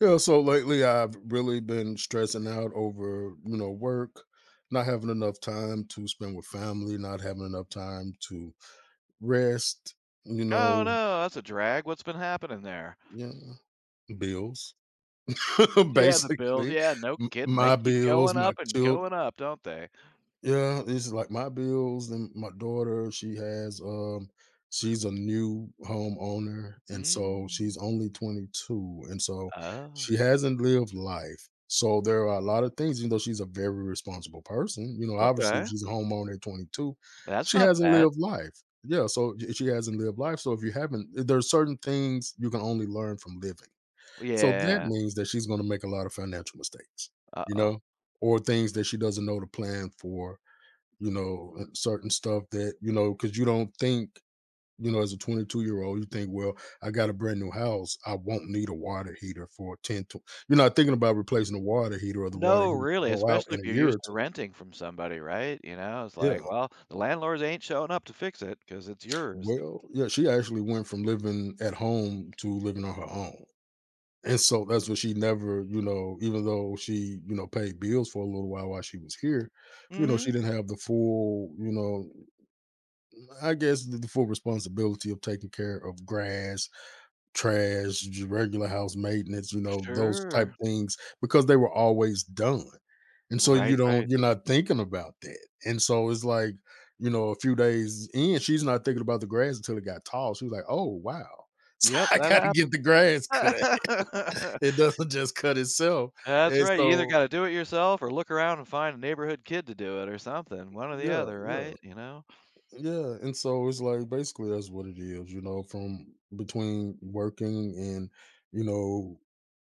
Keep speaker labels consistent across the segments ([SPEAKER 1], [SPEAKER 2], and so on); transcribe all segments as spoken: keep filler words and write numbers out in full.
[SPEAKER 1] Yeah, so lately I've really been stressing out over, you know, work, not having enough time to spend with family, not having enough time to rest, you
[SPEAKER 2] Oh,
[SPEAKER 1] know,
[SPEAKER 2] no, that's a drag. What's been happening there?
[SPEAKER 1] yeah, bills,
[SPEAKER 2] Yeah, the Bills.
[SPEAKER 1] basically.
[SPEAKER 2] Yeah, no
[SPEAKER 1] M-
[SPEAKER 2] kidding. They
[SPEAKER 1] My
[SPEAKER 2] keep
[SPEAKER 1] bills,
[SPEAKER 2] going
[SPEAKER 1] my
[SPEAKER 2] up and
[SPEAKER 1] children.
[SPEAKER 2] going up, don't they?
[SPEAKER 1] Yeah, this is like my bills and my daughter, she has, um she's a new homeowner, and so
[SPEAKER 2] Mm.
[SPEAKER 1] she's only twenty-two, and so
[SPEAKER 2] Oh,
[SPEAKER 1] she hasn't lived life. So there are a lot of things, even though she's a very responsible person, you know, obviously, if
[SPEAKER 2] okay.
[SPEAKER 1] she's a homeowner at twenty-two,
[SPEAKER 2] That's
[SPEAKER 1] she
[SPEAKER 2] not
[SPEAKER 1] hasn't
[SPEAKER 2] bad.
[SPEAKER 1] lived life. Yeah, so y she hasn't lived life, so if you haven't eh, there are certain things you can only learn from living. So that
[SPEAKER 2] Yeah.
[SPEAKER 1] means that she's gonna make a lot of financial mistakes, you
[SPEAKER 2] Uh-oh.
[SPEAKER 1] know, or things that she doesn't know to plan for, you know, uh, certain stuff that, you know, because you don't think, you know, as a twenty-two year old, you think, well, I got a brand new house. I won't need a water heater for ten to, you're not thinking about replacing the water heater, or the water
[SPEAKER 2] No,
[SPEAKER 1] heater could
[SPEAKER 2] really,
[SPEAKER 1] go out
[SPEAKER 2] especially
[SPEAKER 1] in
[SPEAKER 2] if
[SPEAKER 1] a
[SPEAKER 2] you're
[SPEAKER 1] year
[SPEAKER 2] used
[SPEAKER 1] or
[SPEAKER 2] to
[SPEAKER 1] two.
[SPEAKER 2] renting from somebody, right? You know, it's like,
[SPEAKER 1] Yeah.
[SPEAKER 2] well, the landlords ain't showing up to fix it 'cause it's yours.
[SPEAKER 1] Well, yeah, she actually went from living at home to living on her own. And so that's what she never, you know, even though she, you know, paid bills for a little while while she was here,
[SPEAKER 2] Mm.
[SPEAKER 1] you know,
[SPEAKER 2] Mhm.
[SPEAKER 1] she didn't have the full, you know, I guess the, the full responsibility of taking care of grass, trash, j regular house maintenance, you know, those type
[SPEAKER 2] Sure.
[SPEAKER 1] things, because they were always done, and so you
[SPEAKER 2] Right,
[SPEAKER 1] don't
[SPEAKER 2] right.
[SPEAKER 1] you're not thinking about that, and so it's like, you know, a few days in, she's not thinking about the grass until it got tall. She was like, "Oh, wow. So
[SPEAKER 2] Yep,
[SPEAKER 1] I gotta
[SPEAKER 2] that
[SPEAKER 1] get the grass
[SPEAKER 2] happens.
[SPEAKER 1] cut. It doesn't just cut itself,"
[SPEAKER 2] That's
[SPEAKER 1] and
[SPEAKER 2] right, you either
[SPEAKER 1] so.
[SPEAKER 2] gotta do it yourself or look around and find a neighborhood kid to do it or something, one or the
[SPEAKER 1] Yeah,
[SPEAKER 2] other,
[SPEAKER 1] yeah.
[SPEAKER 2] right, you know?
[SPEAKER 1] Yeah, and so it's like basically that's what it is, you know, from between working and, you know,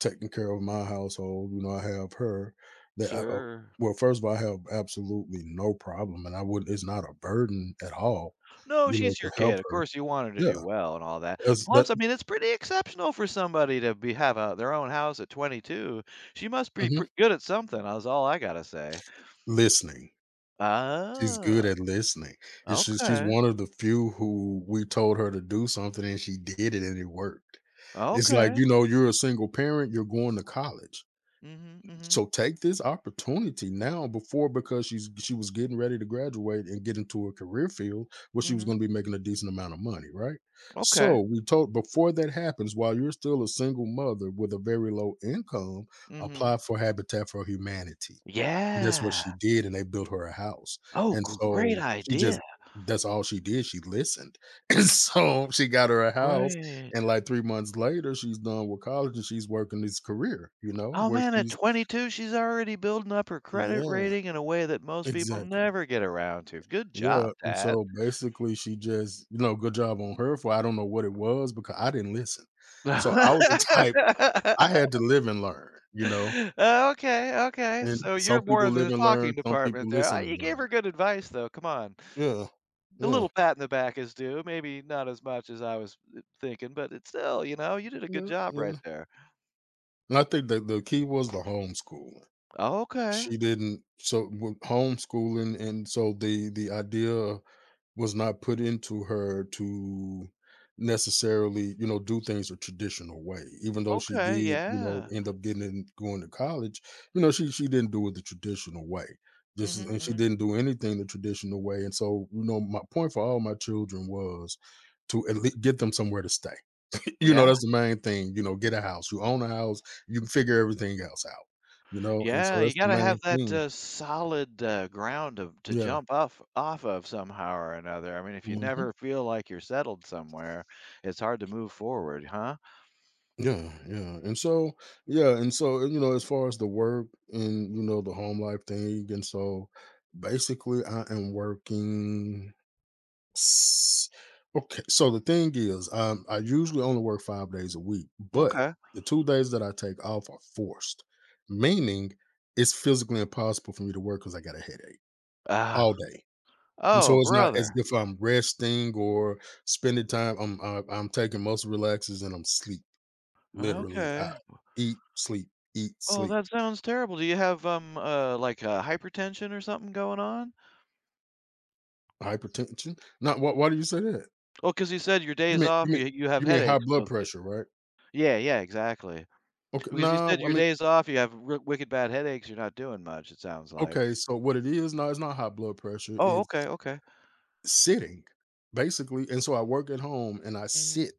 [SPEAKER 1] taking care of my household, you know, I have her that I, uh,
[SPEAKER 2] Sure.
[SPEAKER 1] well, first of all, I have absolutely no problem, and I wouldn't it's not a burden at all,
[SPEAKER 2] No,
[SPEAKER 1] you know,
[SPEAKER 2] she's your
[SPEAKER 1] to help
[SPEAKER 2] kid, of
[SPEAKER 1] her.
[SPEAKER 2] course you want her to
[SPEAKER 1] Yeah,
[SPEAKER 2] do well and all that.
[SPEAKER 1] as that.
[SPEAKER 2] Plus, I mean, it's pretty exceptional for somebody to be have a their own house at twenty-two. She must be
[SPEAKER 1] Mhm.
[SPEAKER 2] pretty good at something, that's all I gotta say.
[SPEAKER 1] Listening. She's
[SPEAKER 2] Ah.
[SPEAKER 1] good at listening. It's she's she's
[SPEAKER 2] Okay.
[SPEAKER 1] one of the few who we told her to do something and she did it and it worked. It's like,
[SPEAKER 2] Okay.
[SPEAKER 1] you know, you're a single parent, you're going to college.
[SPEAKER 2] Mm. Mhm. Mm mhm.
[SPEAKER 1] So take this opportunity now, before because she's she was getting ready to graduate and get into a career field where
[SPEAKER 2] Mm
[SPEAKER 1] she was
[SPEAKER 2] mhm.
[SPEAKER 1] going to be making a decent amount of money, right?
[SPEAKER 2] Okay.
[SPEAKER 1] So we told, before that happens, while you're still a single mother with a very low income,
[SPEAKER 2] Mm. Mhm.
[SPEAKER 1] apply for Habitat for Humanity. And that's what
[SPEAKER 2] Yeah.
[SPEAKER 1] she did, and they built her a house.
[SPEAKER 2] Oh,
[SPEAKER 1] And
[SPEAKER 2] gr great
[SPEAKER 1] so she
[SPEAKER 2] idea.
[SPEAKER 1] just that's all she did. She listened. And so she got her a house.
[SPEAKER 2] Right.
[SPEAKER 1] And like three months later, she's done with college and she's working this career, you know,
[SPEAKER 2] Oh
[SPEAKER 1] where
[SPEAKER 2] man, at
[SPEAKER 1] she's
[SPEAKER 2] twenty-two, she's already building up her credit
[SPEAKER 1] yeah,
[SPEAKER 2] rating in a way that most people
[SPEAKER 1] exactly.
[SPEAKER 2] never get around to. Good job,
[SPEAKER 1] Yeah, and
[SPEAKER 2] Dad.
[SPEAKER 1] so basically she just you know, good job on her, for I don't know what it was, because I didn't listen. So I was the type. I had to live and learn, you know,
[SPEAKER 2] Uh, okay, okay.
[SPEAKER 1] and
[SPEAKER 2] So
[SPEAKER 1] some
[SPEAKER 2] you're more
[SPEAKER 1] people
[SPEAKER 2] than
[SPEAKER 1] live
[SPEAKER 2] the
[SPEAKER 1] and
[SPEAKER 2] talking
[SPEAKER 1] learn, some people
[SPEAKER 2] department there. Ah.
[SPEAKER 1] listen and
[SPEAKER 2] You gave her
[SPEAKER 1] learn.
[SPEAKER 2] good advice, though. Come on.
[SPEAKER 1] Yeah,
[SPEAKER 2] A
[SPEAKER 1] yeah,
[SPEAKER 2] little pat in the back is due. Maybe not as much as I was uh, thinking, but it's still, you know, you did a good
[SPEAKER 1] yeah,
[SPEAKER 2] job right
[SPEAKER 1] yeah,
[SPEAKER 2] there.
[SPEAKER 1] and I think that the key was the homeschooling.
[SPEAKER 2] Okay,
[SPEAKER 1] She didn't So with homeschooling and so the the idea was not put into her to necessarily, you know, do things a traditional way. Even though she did,
[SPEAKER 2] okay,
[SPEAKER 1] you know,
[SPEAKER 2] yeah.
[SPEAKER 1] end up getting in, going to college, you know, she she didn't do it the traditional way. This is,
[SPEAKER 2] Hmm.
[SPEAKER 1] and she
[SPEAKER 2] Hmm.
[SPEAKER 1] didn't do anything the traditional way. And so, you know, my point for all my children was to at least get them somewhere to stay. You know,
[SPEAKER 2] Yeah.
[SPEAKER 1] that's the main thing. You know, get a house. You own a house. You can figure everything else out. You know, and
[SPEAKER 2] Yeah,
[SPEAKER 1] so
[SPEAKER 2] you
[SPEAKER 1] that's the
[SPEAKER 2] gotta
[SPEAKER 1] main
[SPEAKER 2] have that,
[SPEAKER 1] thing.
[SPEAKER 2] uh, solid, uh, ground to to
[SPEAKER 1] Yeah.
[SPEAKER 2] jump off off of somehow or another. I mean, if you
[SPEAKER 1] Hmm.
[SPEAKER 2] never feel like you're settled somewhere, it's hard to move forward, huh?
[SPEAKER 1] Yeah, yeah. And so, yeah, and so, you know, as far as the work and, you know, the home life thing, and so basically I am working, s- okay. So the thing is, um, I usually only work five days a week, but
[SPEAKER 2] Okay.
[SPEAKER 1] the two days that I take off are forced, meaning it's physically impossible for me to work because I got a headache all
[SPEAKER 2] Ah.
[SPEAKER 1] day. And
[SPEAKER 2] Oh,
[SPEAKER 1] so it's not as
[SPEAKER 2] brother.
[SPEAKER 1] if I'm resting or spending time. I'm I- I'm taking muscle relaxes and I'm sleep. Literally, uh,
[SPEAKER 2] Okay.
[SPEAKER 1] eat, sleep, eat,
[SPEAKER 2] Oh,
[SPEAKER 1] sleep.
[SPEAKER 2] that sounds terrible. Do you have, um, uh, like, uh, hypertension or something going on?
[SPEAKER 1] Hypertension? Not. Why why do you say that?
[SPEAKER 2] Well, 'cause you said your
[SPEAKER 1] You
[SPEAKER 2] days
[SPEAKER 1] mean you
[SPEAKER 2] off,
[SPEAKER 1] mean
[SPEAKER 2] you you have
[SPEAKER 1] you mean high
[SPEAKER 2] headaches
[SPEAKER 1] blood
[SPEAKER 2] with it.
[SPEAKER 1] pressure, right?
[SPEAKER 2] Yeah, yeah, exactly.
[SPEAKER 1] Okay,
[SPEAKER 2] Because you said
[SPEAKER 1] no, I
[SPEAKER 2] your
[SPEAKER 1] mean,
[SPEAKER 2] days off, you have r wicked bad headaches, you're not doing much, it sounds like.
[SPEAKER 1] okay, so what it is, no, it's not high blood pressure,
[SPEAKER 2] Oh, okay,
[SPEAKER 1] it's
[SPEAKER 2] okay.
[SPEAKER 1] sitting, basically, and so I work at home and I
[SPEAKER 2] Mhm.
[SPEAKER 1] sit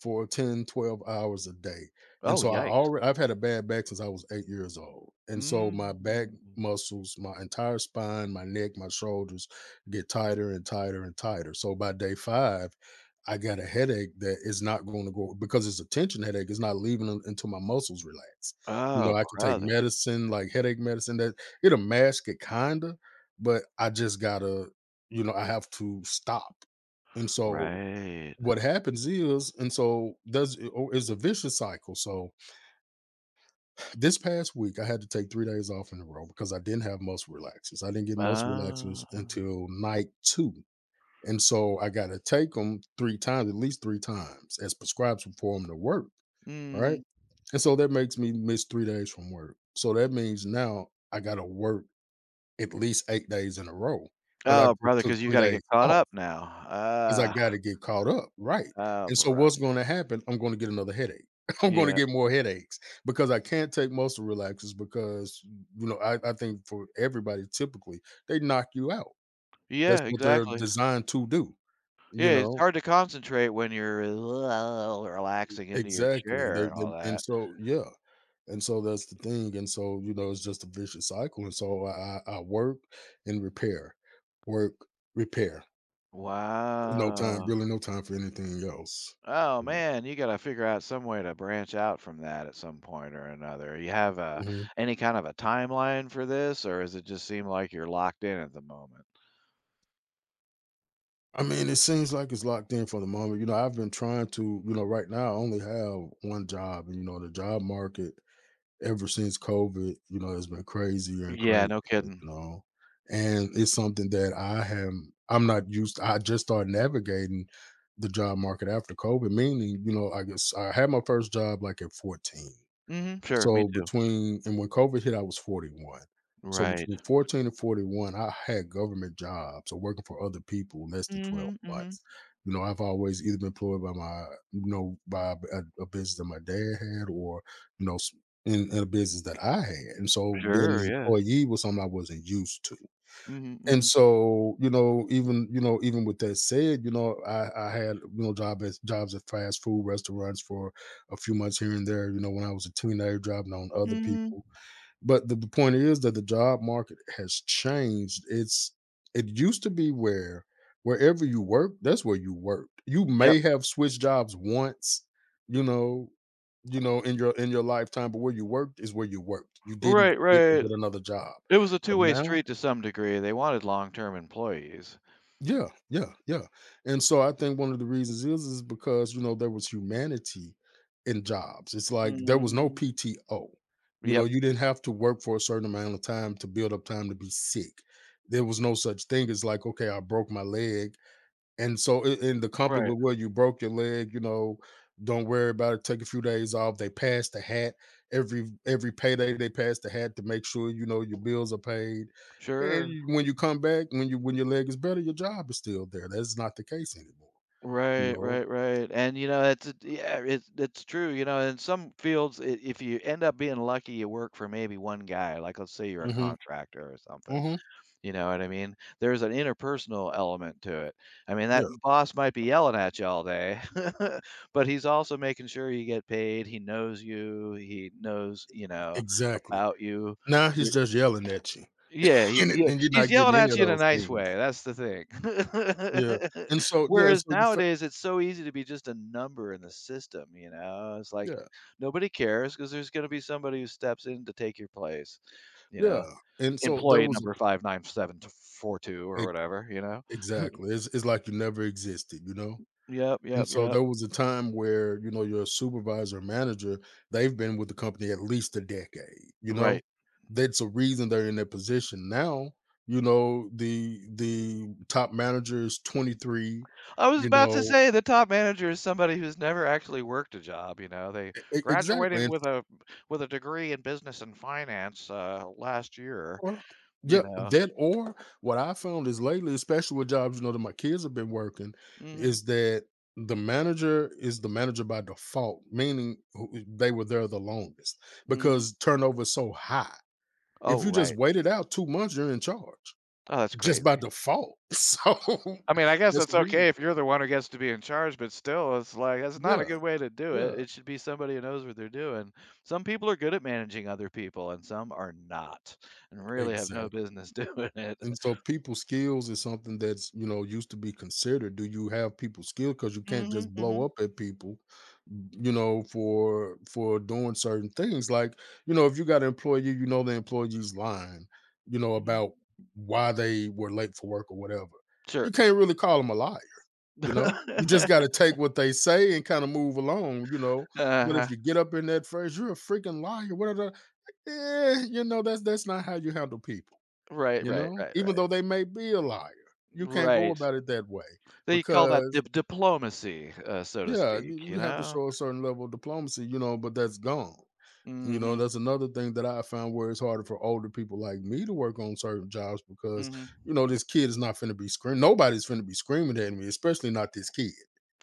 [SPEAKER 1] for ten, twelve hours a day. And
[SPEAKER 2] Oh,
[SPEAKER 1] so i
[SPEAKER 2] yikes.
[SPEAKER 1] already i've had a bad back since I was eight years old. And so my back
[SPEAKER 2] Mm.
[SPEAKER 1] muscles, my entire spine, my neck, my shoulders get tighter and tighter and tighter, so by day five I got a headache that is not going to go, because it's a tension headache. It's not leaving un- until my muscles relax. you
[SPEAKER 2] Oh,
[SPEAKER 1] know I can take
[SPEAKER 2] brother.
[SPEAKER 1] medicine, like headache medicine, that it'll mask it, kinda, but I just gotta, you know I have to stop. And so
[SPEAKER 2] Right.
[SPEAKER 1] what happens is, and so does it, or it's a vicious cycle, so this past week I had to take three days off in a row because I didn't have muscle relaxers. I didn't get muscle relaxers
[SPEAKER 2] Ah.
[SPEAKER 1] until night two, and so I gotta take take them three times, at least three times as prescribed for them to work, right?
[SPEAKER 2] Mhm.
[SPEAKER 1] And so that makes me miss three days from work. So that means now I gotta work at least eight days in a row, because I
[SPEAKER 2] Oh,
[SPEAKER 1] just
[SPEAKER 2] brother,
[SPEAKER 1] took
[SPEAKER 2] because you
[SPEAKER 1] three
[SPEAKER 2] gotta get
[SPEAKER 1] days
[SPEAKER 2] caught
[SPEAKER 1] off.
[SPEAKER 2] up now.
[SPEAKER 1] 'Cause I
[SPEAKER 2] Ah,
[SPEAKER 1] gotta get caught up, right,
[SPEAKER 2] oh,
[SPEAKER 1] and so
[SPEAKER 2] brother.
[SPEAKER 1] what's gonna happen, I'm gonna get another headache. I'm gonna
[SPEAKER 2] Yeah.
[SPEAKER 1] get more headaches because I can't take muscle relaxers because, you know, I I think for everybody typically, they knock you out. That's
[SPEAKER 2] Yeah,
[SPEAKER 1] what they're
[SPEAKER 2] exactly.
[SPEAKER 1] designed to do, you
[SPEAKER 2] Yeah, it's
[SPEAKER 1] know?
[SPEAKER 2] hard to concentrate when you're uh, relaxing into your
[SPEAKER 1] Exactly,
[SPEAKER 2] chair
[SPEAKER 1] they
[SPEAKER 2] and all
[SPEAKER 1] they and
[SPEAKER 2] that.
[SPEAKER 1] so yeah, and so that's the thing, and so, you know, it's just a vicious cycle, and so I I I work and repair, work, repair. No time,
[SPEAKER 2] Wow.
[SPEAKER 1] really no time for anything else.
[SPEAKER 2] Oh,
[SPEAKER 1] Mhm.
[SPEAKER 2] man, you gotta figure out some way to branch out from that at some point or another. You have a
[SPEAKER 1] Mhm.
[SPEAKER 2] any kind of a timeline for this, or does it just seem like you're locked in at the moment?
[SPEAKER 1] I mean, it seems like it's locked in for the moment. You know, I've been trying to, you know, right now I only have one job, and you know, the job market ever since COVID, you know, has been crazier and
[SPEAKER 2] Yeah,
[SPEAKER 1] crazier,
[SPEAKER 2] no
[SPEAKER 1] you
[SPEAKER 2] kidding.
[SPEAKER 1] know. And it's something that I am I'm not used, I just started navigating the job market after COVID, meaning, you know, I guess I had my first job like at fourteen.
[SPEAKER 2] Mhm, sure, me
[SPEAKER 1] So
[SPEAKER 2] too.
[SPEAKER 1] between and when COVID hit, I was forty-one. So
[SPEAKER 2] Right.
[SPEAKER 1] between fourteen and forty-one, I had government jobs or working for other people less than twelve
[SPEAKER 2] Mhm, mhm.
[SPEAKER 1] months. You know, I've always either been employed by my, you know, by a, a business that my dad had or, you know, s- in, in a business that I had. And so being
[SPEAKER 2] Sure,
[SPEAKER 1] an
[SPEAKER 2] yeah.
[SPEAKER 1] employee was something I wasn't used to.
[SPEAKER 2] Mhm,
[SPEAKER 1] And
[SPEAKER 2] mhm.
[SPEAKER 1] so, you know, even you know, even with that said, you know, I I had, you know job at jobs at fast food restaurants for a few months here and there. You know, when I was a teenager, job on other
[SPEAKER 2] Mhm.
[SPEAKER 1] people. But the, the point is that the job market has changed. It's it used to be where wherever you work, that's where you worked. You
[SPEAKER 2] Yep.
[SPEAKER 1] may have switched jobs once, you know, you know, in your in your lifetime, but where you worked is where you worked. You didn't
[SPEAKER 2] Right,
[SPEAKER 1] quit or
[SPEAKER 2] right.
[SPEAKER 1] get another job.
[SPEAKER 2] It was a
[SPEAKER 1] But
[SPEAKER 2] two-way
[SPEAKER 1] now.
[SPEAKER 2] street to some degree, they wanted long-term employees.
[SPEAKER 1] Yeah, yeah, yeah. And so I think one of the reasons is is because you know there was humanity in jobs. It's like there was no
[SPEAKER 2] Mhm.
[SPEAKER 1] P T O. You know,
[SPEAKER 2] Yep,
[SPEAKER 1] you didn't have to work for a certain amount of time to build up time to be sick. There was no such thing as, like, okay, I broke my leg, and so I in the company
[SPEAKER 2] right.
[SPEAKER 1] with where you broke your leg, you know, don't worry about it, take a few days off. They pass the hat every every payday, they pass the hat to make sure, you know, your bills are paid. And
[SPEAKER 2] Sure.
[SPEAKER 1] you, when you come back, when you when your leg is better, your job is still there. That's not the case anymore, you
[SPEAKER 2] Right,
[SPEAKER 1] know?
[SPEAKER 2] right, right, and, you know, it's it yeah, it's it's true, you know, in some fields, I if you end up being lucky, you work for maybe one guy, like, let's say you're a
[SPEAKER 1] Mhm,
[SPEAKER 2] contractor or something.
[SPEAKER 1] mhm,
[SPEAKER 2] You know what I mean? There's an interpersonal element to it. I mean, that
[SPEAKER 1] yeah,
[SPEAKER 2] boss might be yelling at you all day, but he's also making sure you get paid. He knows you. He knows, you know,
[SPEAKER 1] exactly.
[SPEAKER 2] about you.
[SPEAKER 1] Now he's
[SPEAKER 2] You're,
[SPEAKER 1] just yelling at you,
[SPEAKER 2] yeah, he,
[SPEAKER 1] and
[SPEAKER 2] yeah,
[SPEAKER 1] and you're
[SPEAKER 2] he's
[SPEAKER 1] not getting
[SPEAKER 2] yelling
[SPEAKER 1] any
[SPEAKER 2] at
[SPEAKER 1] of
[SPEAKER 2] you in a
[SPEAKER 1] those
[SPEAKER 2] nice way.
[SPEAKER 1] things.
[SPEAKER 2] That's the
[SPEAKER 1] Yeah,
[SPEAKER 2] thing.
[SPEAKER 1] and so yeah, and
[SPEAKER 2] Whereas
[SPEAKER 1] so you fe
[SPEAKER 2] nowadays, it's so easy to be just a number in the system. You know, it's like
[SPEAKER 1] yeah,
[SPEAKER 2] nobody cares because there's going to be somebody who steps in to take your place. You know,
[SPEAKER 1] yeah, and so there
[SPEAKER 2] employee
[SPEAKER 1] was
[SPEAKER 2] number five ninety-seven
[SPEAKER 1] a.
[SPEAKER 2] or whatever, you know?
[SPEAKER 1] Exactly. It's it's like you never existed, you know?
[SPEAKER 2] Yep,
[SPEAKER 1] And
[SPEAKER 2] yep,
[SPEAKER 1] so
[SPEAKER 2] yep.
[SPEAKER 1] there was a time where, you know, your supervisor or manager, they've been with the company at least a decade, you know?
[SPEAKER 2] Right.
[SPEAKER 1] That's a reason they're in that position. Now, you know, the the top manager is twenty-three,
[SPEAKER 2] I was
[SPEAKER 1] you
[SPEAKER 2] about to
[SPEAKER 1] know,
[SPEAKER 2] say the top manager is somebody who's never actually worked a job, you know? They
[SPEAKER 1] e- e-
[SPEAKER 2] graduated
[SPEAKER 1] exactly. And.
[SPEAKER 2] with a with a degree in business and finance, uh, last year,
[SPEAKER 1] Or
[SPEAKER 2] you
[SPEAKER 1] yeah,
[SPEAKER 2] know?
[SPEAKER 1] that or what I found is lately, especially with jobs, you know, that my kids have been working,
[SPEAKER 2] Mhm,
[SPEAKER 1] is that the manager is the manager by default, meaning who- eh, they were there the longest
[SPEAKER 2] mhm.
[SPEAKER 1] because turnover is so high. If
[SPEAKER 2] Oh,
[SPEAKER 1] you just
[SPEAKER 2] right.
[SPEAKER 1] wait it out two months, you're in charge
[SPEAKER 2] Oh, that's
[SPEAKER 1] just
[SPEAKER 2] great.
[SPEAKER 1] by default. So
[SPEAKER 2] I mean, I guess
[SPEAKER 1] that's the
[SPEAKER 2] that's
[SPEAKER 1] reason.
[SPEAKER 2] okay if you're the one who gets to be in charge, but still, it's like that's not a
[SPEAKER 1] Yeah,
[SPEAKER 2] good way to do it.
[SPEAKER 1] yeah,
[SPEAKER 2] It should be somebody who knows what they're doing. Some people are good at managing other people, and some are not, and really have no
[SPEAKER 1] exactly.
[SPEAKER 2] business doing it.
[SPEAKER 1] And so people skills is something that's, you know, used to be considered. Do you have people skill? Because you can't
[SPEAKER 2] Mhm,
[SPEAKER 1] just blow
[SPEAKER 2] mhm,
[SPEAKER 1] up at people, you know, for for doing certain things. Like, you know, if you got an employee, you know the employee's lying, you know,
[SPEAKER 2] mhm.
[SPEAKER 1] about why they were late for work or whatever.
[SPEAKER 2] Sure.
[SPEAKER 1] You can't really call them a liar, you know? You just gotta take what they say and kind of move along, you know. But
[SPEAKER 2] uh
[SPEAKER 1] if you get up in that phrase, you're a freaking liar, whatever, eh, you know, that's that's not how you handle people.
[SPEAKER 2] Right,
[SPEAKER 1] You
[SPEAKER 2] right,
[SPEAKER 1] know?
[SPEAKER 2] right,
[SPEAKER 1] Even
[SPEAKER 2] right,
[SPEAKER 1] though they may be a liar, you can't go
[SPEAKER 2] right.
[SPEAKER 1] about it that way
[SPEAKER 2] They call that
[SPEAKER 1] because,
[SPEAKER 2] dip diplomacy, uh, so to
[SPEAKER 1] yeah,
[SPEAKER 2] speak,
[SPEAKER 1] you
[SPEAKER 2] you
[SPEAKER 1] you have to
[SPEAKER 2] know?
[SPEAKER 1] show a certain level of diplomacy, you know, but that's gone. You know,
[SPEAKER 2] Mhm,
[SPEAKER 1] that's another thing that I found, where it's harder for older people like me to work on certain jobs because,
[SPEAKER 2] mhm.
[SPEAKER 1] you know, this kid is not finna be screaming. Nobody's finna be screaming at me, especially not this kid,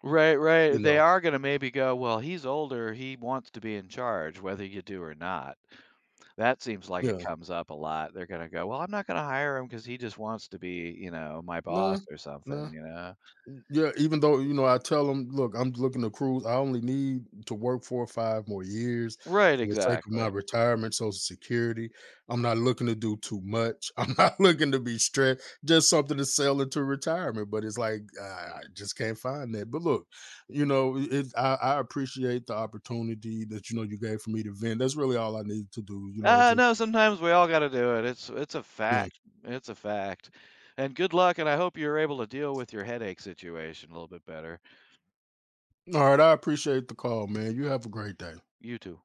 [SPEAKER 2] Right, right.
[SPEAKER 1] you
[SPEAKER 2] They
[SPEAKER 1] know?
[SPEAKER 2] are gonna maybe go, "Well, he's older, he wants to be in charge, whether you do or not." That seems like it
[SPEAKER 1] Yeah.
[SPEAKER 2] comes up a lot. They're gonna go, "Well, I'm not gonna hire him because he just wants to be, you know, my boss
[SPEAKER 1] Nah,
[SPEAKER 2] or something,"
[SPEAKER 1] nah.
[SPEAKER 2] you know?
[SPEAKER 1] Yeah, even though, you know, I tell them, look, I'm looking to cruise. I only need to work four or five more years
[SPEAKER 2] Right,
[SPEAKER 1] for the sake of my
[SPEAKER 2] exactly.
[SPEAKER 1] retirement, Social Security. I'm not looking to do too much. I'm not looking to be stressed. Just something to sell into retirement. But it's like I I just can't find that. But look, you know, it, it- I, I appreciate the opportunity that you know you gave for me to vent. That's really all I needed to do. You know,
[SPEAKER 2] Uh,
[SPEAKER 1] just,
[SPEAKER 2] no, sometimes we all gotta do it. It's it's a
[SPEAKER 1] yeah.
[SPEAKER 2] fact. It's a fact. And good luck, and I hope you're able to deal with your headache situation a little bit better.
[SPEAKER 1] All right. I appreciate the call, man. You have a great day.
[SPEAKER 2] You too.